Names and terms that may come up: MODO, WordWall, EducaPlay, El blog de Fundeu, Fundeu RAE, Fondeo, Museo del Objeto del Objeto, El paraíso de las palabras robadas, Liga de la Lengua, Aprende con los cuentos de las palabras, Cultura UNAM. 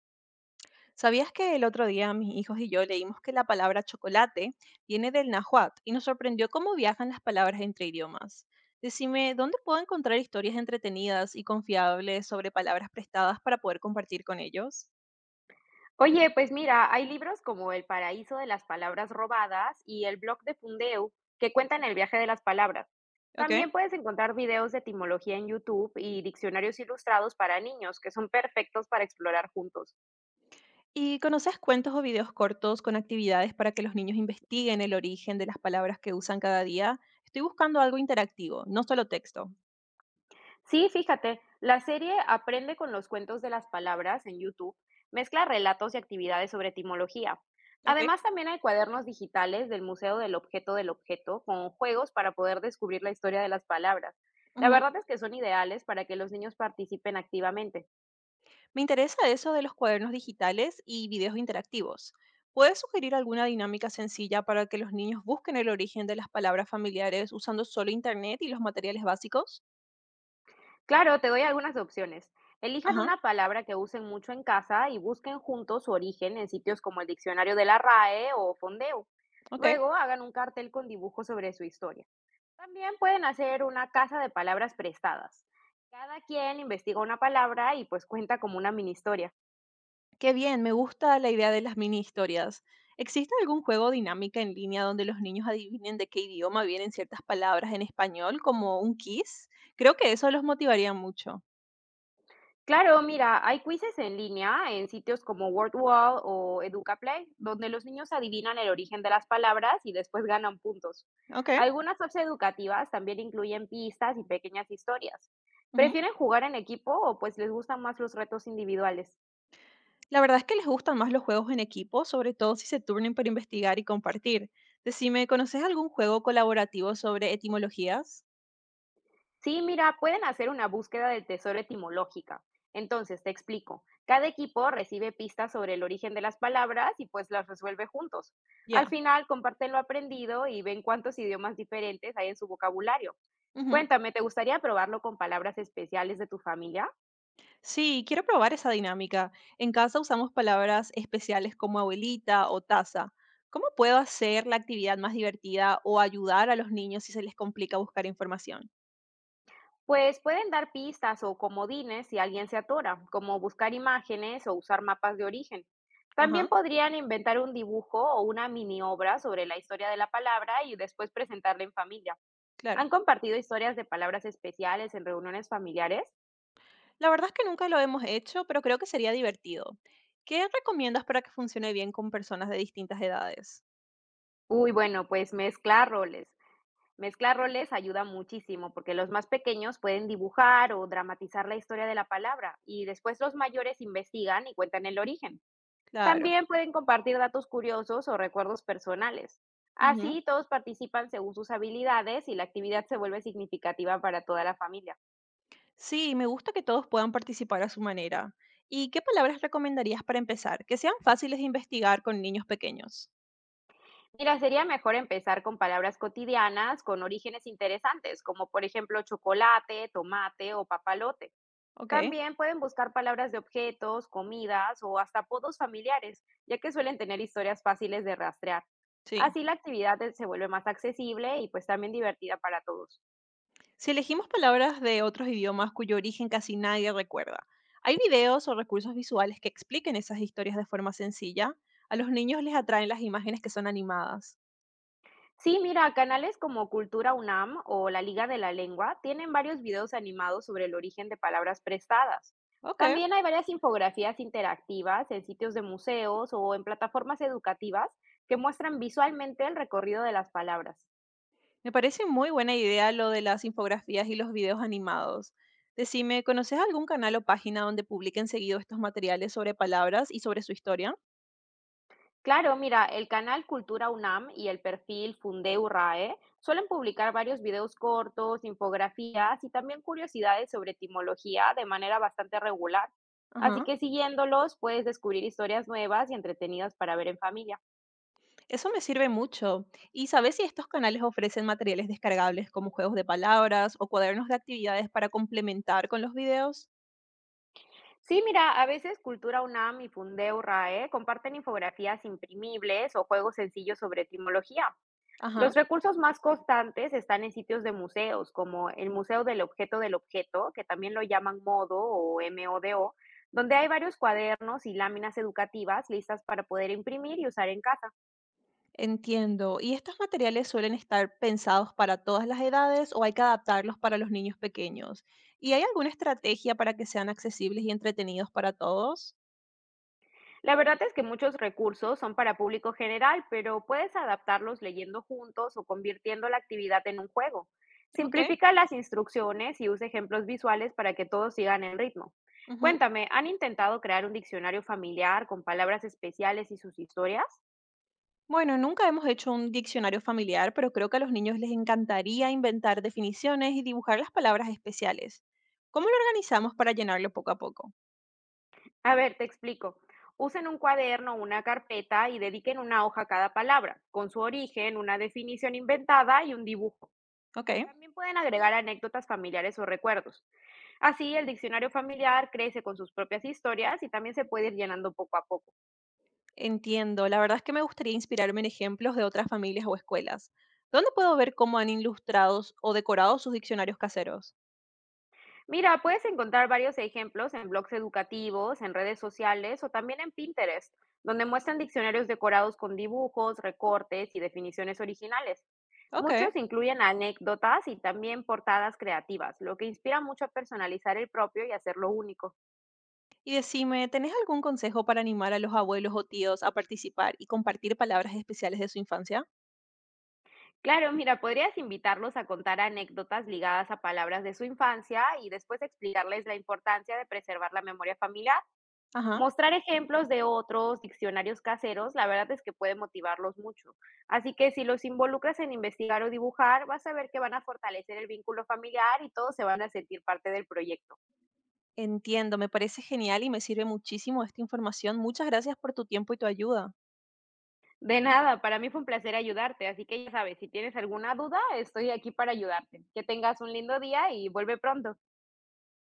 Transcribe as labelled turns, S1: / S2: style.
S1: ¿Sabías que el otro día mis hijos y yo leímos que la palabra chocolate viene del náhuatl y nos sorprendió cómo viajan las palabras entre idiomas? Decime, ¿dónde puedo encontrar historias entretenidas y confiables sobre palabras prestadas para poder compartir con ellos?
S2: Oye, pues mira, hay libros como El paraíso de las palabras robadas y El blog de Fundeu que cuentan el viaje de las palabras.
S1: Ok.
S2: También puedes encontrar videos de etimología en YouTube y diccionarios ilustrados para niños que son perfectos para explorar juntos.
S1: ¿Y conoces cuentos o videos cortos con actividades para que los niños investiguen el origen de las palabras que usan cada día? Estoy buscando algo interactivo, no solo texto.
S2: Sí, fíjate, la serie Aprende con los cuentos de las palabras en YouTube, mezcla relatos y actividades sobre etimología.
S1: Ok.
S2: Además, también hay cuadernos digitales del Museo del Objeto con juegos para poder descubrir la historia de las palabras. La verdad es que son ideales para que los niños participen activamente.
S1: Me interesa eso de los cuadernos digitales y videos interactivos. ¿Puedes sugerir alguna dinámica sencilla para que los niños busquen el origen de las palabras familiares usando solo internet y los materiales básicos?
S2: Claro, te doy algunas opciones. Elijan
S1: Ajá,
S2: una palabra que usen mucho en casa y busquen juntos su origen en sitios como el diccionario de la RAE o Fondeo.
S1: ok.
S2: Luego hagan un cartel con dibujos sobre su historia. También pueden hacer una casa de palabras prestadas. Cada quien investiga una palabra y pues cuenta como una mini historia.
S1: Qué bien, me gusta la idea de las mini historias. ¿Existe algún juego o dinámica en línea donde los niños adivinen de qué idioma vienen ciertas palabras en español, como un kiss? Creo que eso los motivaría mucho.
S2: Claro, mira, hay quizzes en línea en sitios como WordWall o EducaPlay, donde los niños adivinan el origen de las palabras y después ganan puntos.
S1: Ok.
S2: Algunas apps educativas también incluyen pistas y pequeñas historias. ¿Prefieren jugar en equipo o pues les gustan más los retos individuales?
S1: La verdad es que les gustan más los juegos en equipo, sobre todo si se turnen para investigar y compartir. Decime, ¿conoces algún juego colaborativo sobre etimologías?
S2: Sí, mira, pueden hacer una búsqueda del tesoro etimológica. Entonces, te explico. Cada equipo recibe pistas sobre el origen de las palabras y pues las resuelve juntos. Al
S1: Ya.
S2: final, comparten lo aprendido y ven cuántos idiomas diferentes hay en su vocabulario.
S1: Ujú.
S2: Cuéntame, ¿te gustaría probarlo con palabras especiales de tu familia?
S1: Sí, quiero probar esa dinámica. En casa usamos palabras especiales como abuelita o taza. ¿Cómo puedo hacer la actividad más divertida o ayudar a los niños si se les complica buscar información?
S2: Pues pueden dar pistas o comodines si alguien se atora, como buscar imágenes o usar mapas de origen. También
S1: Ajá,
S2: podrían inventar un dibujo o una mini obra sobre la historia de la palabra y después presentarla en familia.
S1: claro.
S2: ¿Han compartido historias de palabras especiales en reuniones familiares?
S1: La verdad es que nunca lo hemos hecho, pero creo que sería divertido. ¿Qué recomiendas para que funcione bien con personas de distintas edades?
S2: Uy, bueno, pues mezclar roles. Mezclar roles ayuda muchísimo porque los más pequeños pueden dibujar o dramatizar la historia de la palabra y después los mayores investigan y cuentan el origen.
S1: Claro.
S2: También pueden compartir datos curiosos o recuerdos personales.
S1: Ujú.
S2: Así todos participan según sus habilidades y la actividad se vuelve significativa para toda la familia.
S1: Sí, me gusta que todos puedan participar a su manera. ¿Y qué palabras recomendarías para empezar? Que sean fáciles de investigar con niños pequeños.
S2: Mira, sería mejor empezar con palabras cotidianas con orígenes interesantes, como por ejemplo chocolate, tomate o papalote.
S1: Ok,
S2: También pueden buscar palabras de objetos, comidas o hasta apodos familiares, ya que suelen tener historias fáciles de rastrear.
S1: sí.
S2: Así la actividad se vuelve más accesible y pues también divertida para todos.
S1: Si elegimos palabras de otros idiomas cuyo origen casi nadie recuerda, ¿hay videos o recursos visuales que expliquen esas historias de forma sencilla? A los niños les atraen las imágenes que son animadas.
S2: Sí, mira, canales como Cultura UNAM o la Liga de la Lengua tienen varios videos animados sobre el origen de palabras prestadas.
S1: Ok,
S2: También hay varias infografías interactivas en sitios de museos o en plataformas educativas que muestran visualmente el recorrido de las palabras.
S1: me parece muy buena idea lo de las infografías y los videos animados. Decime, ¿conoces algún canal o página donde publiquen seguido estos materiales sobre palabras y sobre su historia?
S2: Claro, mira, el canal Cultura UNAM y el perfil Fundeu RAE suelen publicar varios videos cortos, infografías y también curiosidades sobre etimología de manera bastante regular. Así
S1: Ajá,
S2: que siguiéndolos puedes descubrir historias nuevas y entretenidas para ver en familia.
S1: eso me sirve mucho. ¿Y sabes si estos canales ofrecen materiales descargables como juegos de palabras o cuadernos de actividades para complementar con los videos?
S2: Sí, mira, a veces Cultura UNAM y Fundeu RAE comparten infografías imprimibles o juegos sencillos sobre etimología.
S1: Ajá,
S2: Los recursos más constantes están en sitios de museos, como el Museo del Objeto, que también lo llaman MODO o MODO, donde hay varios cuadernos y láminas educativas listas para poder imprimir y usar en casa.
S1: entiendo. ¿Y estos materiales suelen estar pensados para todas las edades o hay que adaptarlos para los niños pequeños? ¿Y hay alguna estrategia para que sean accesibles y entretenidos para todos?
S2: La verdad es que muchos recursos son para público general, pero puedes adaptarlos leyendo juntos o convirtiendo la actividad en un juego.
S1: Ok.
S2: Simplifica las instrucciones y usa ejemplos visuales para que todos sigan el ritmo.
S1: Ujú.
S2: Cuéntame, ¿han intentado crear un diccionario familiar con palabras especiales y sus historias?
S1: Bueno, nunca hemos hecho un diccionario familiar, pero creo que a los niños les encantaría inventar definiciones y dibujar las palabras especiales. ¿Cómo lo organizamos para llenarlo poco a poco?
S2: A ver, te explico. Usen un cuaderno o una carpeta y dediquen una hoja a cada palabra, con su origen, una definición inventada y un dibujo.
S1: Ok,
S2: También pueden agregar anécdotas familiares o recuerdos. Así, el diccionario familiar crece con sus propias historias y también se puede ir llenando poco a poco.
S1: entiendo. La verdad es que me gustaría inspirarme en ejemplos de otras familias o escuelas. ¿Dónde puedo ver cómo han ilustrado o decorado sus diccionarios caseros?
S2: Mira, puedes encontrar varios ejemplos en blogs educativos, en redes sociales o también en Pinterest, donde muestran diccionarios decorados con dibujos, recortes y definiciones originales.
S1: Ok.
S2: Muchos incluyen anécdotas y también portadas creativas, lo que inspira mucho a personalizar el propio y hacerlo único.
S1: Y decime, ¿tenés algún consejo para animar a los abuelos o tíos a participar y compartir palabras especiales de su infancia?
S2: Claro, mira, podrías invitarlos a contar anécdotas ligadas a palabras de su infancia y después explicarles la importancia de preservar la memoria familiar.
S1: Ajá.
S2: Mostrar ejemplos de otros diccionarios caseros, la verdad es que puede motivarlos mucho. Así que si los involucras en investigar o dibujar, vas a ver que van a fortalecer el vínculo familiar y todos se van a sentir parte del proyecto.
S1: Entiendo, me parece genial y me sirve muchísimo esta información. Muchas gracias por tu tiempo y tu ayuda.
S2: De nada, para mí fue un placer ayudarte, así que ya sabes, si tienes alguna duda, estoy aquí para ayudarte. Que tengas un lindo día y vuelve pronto.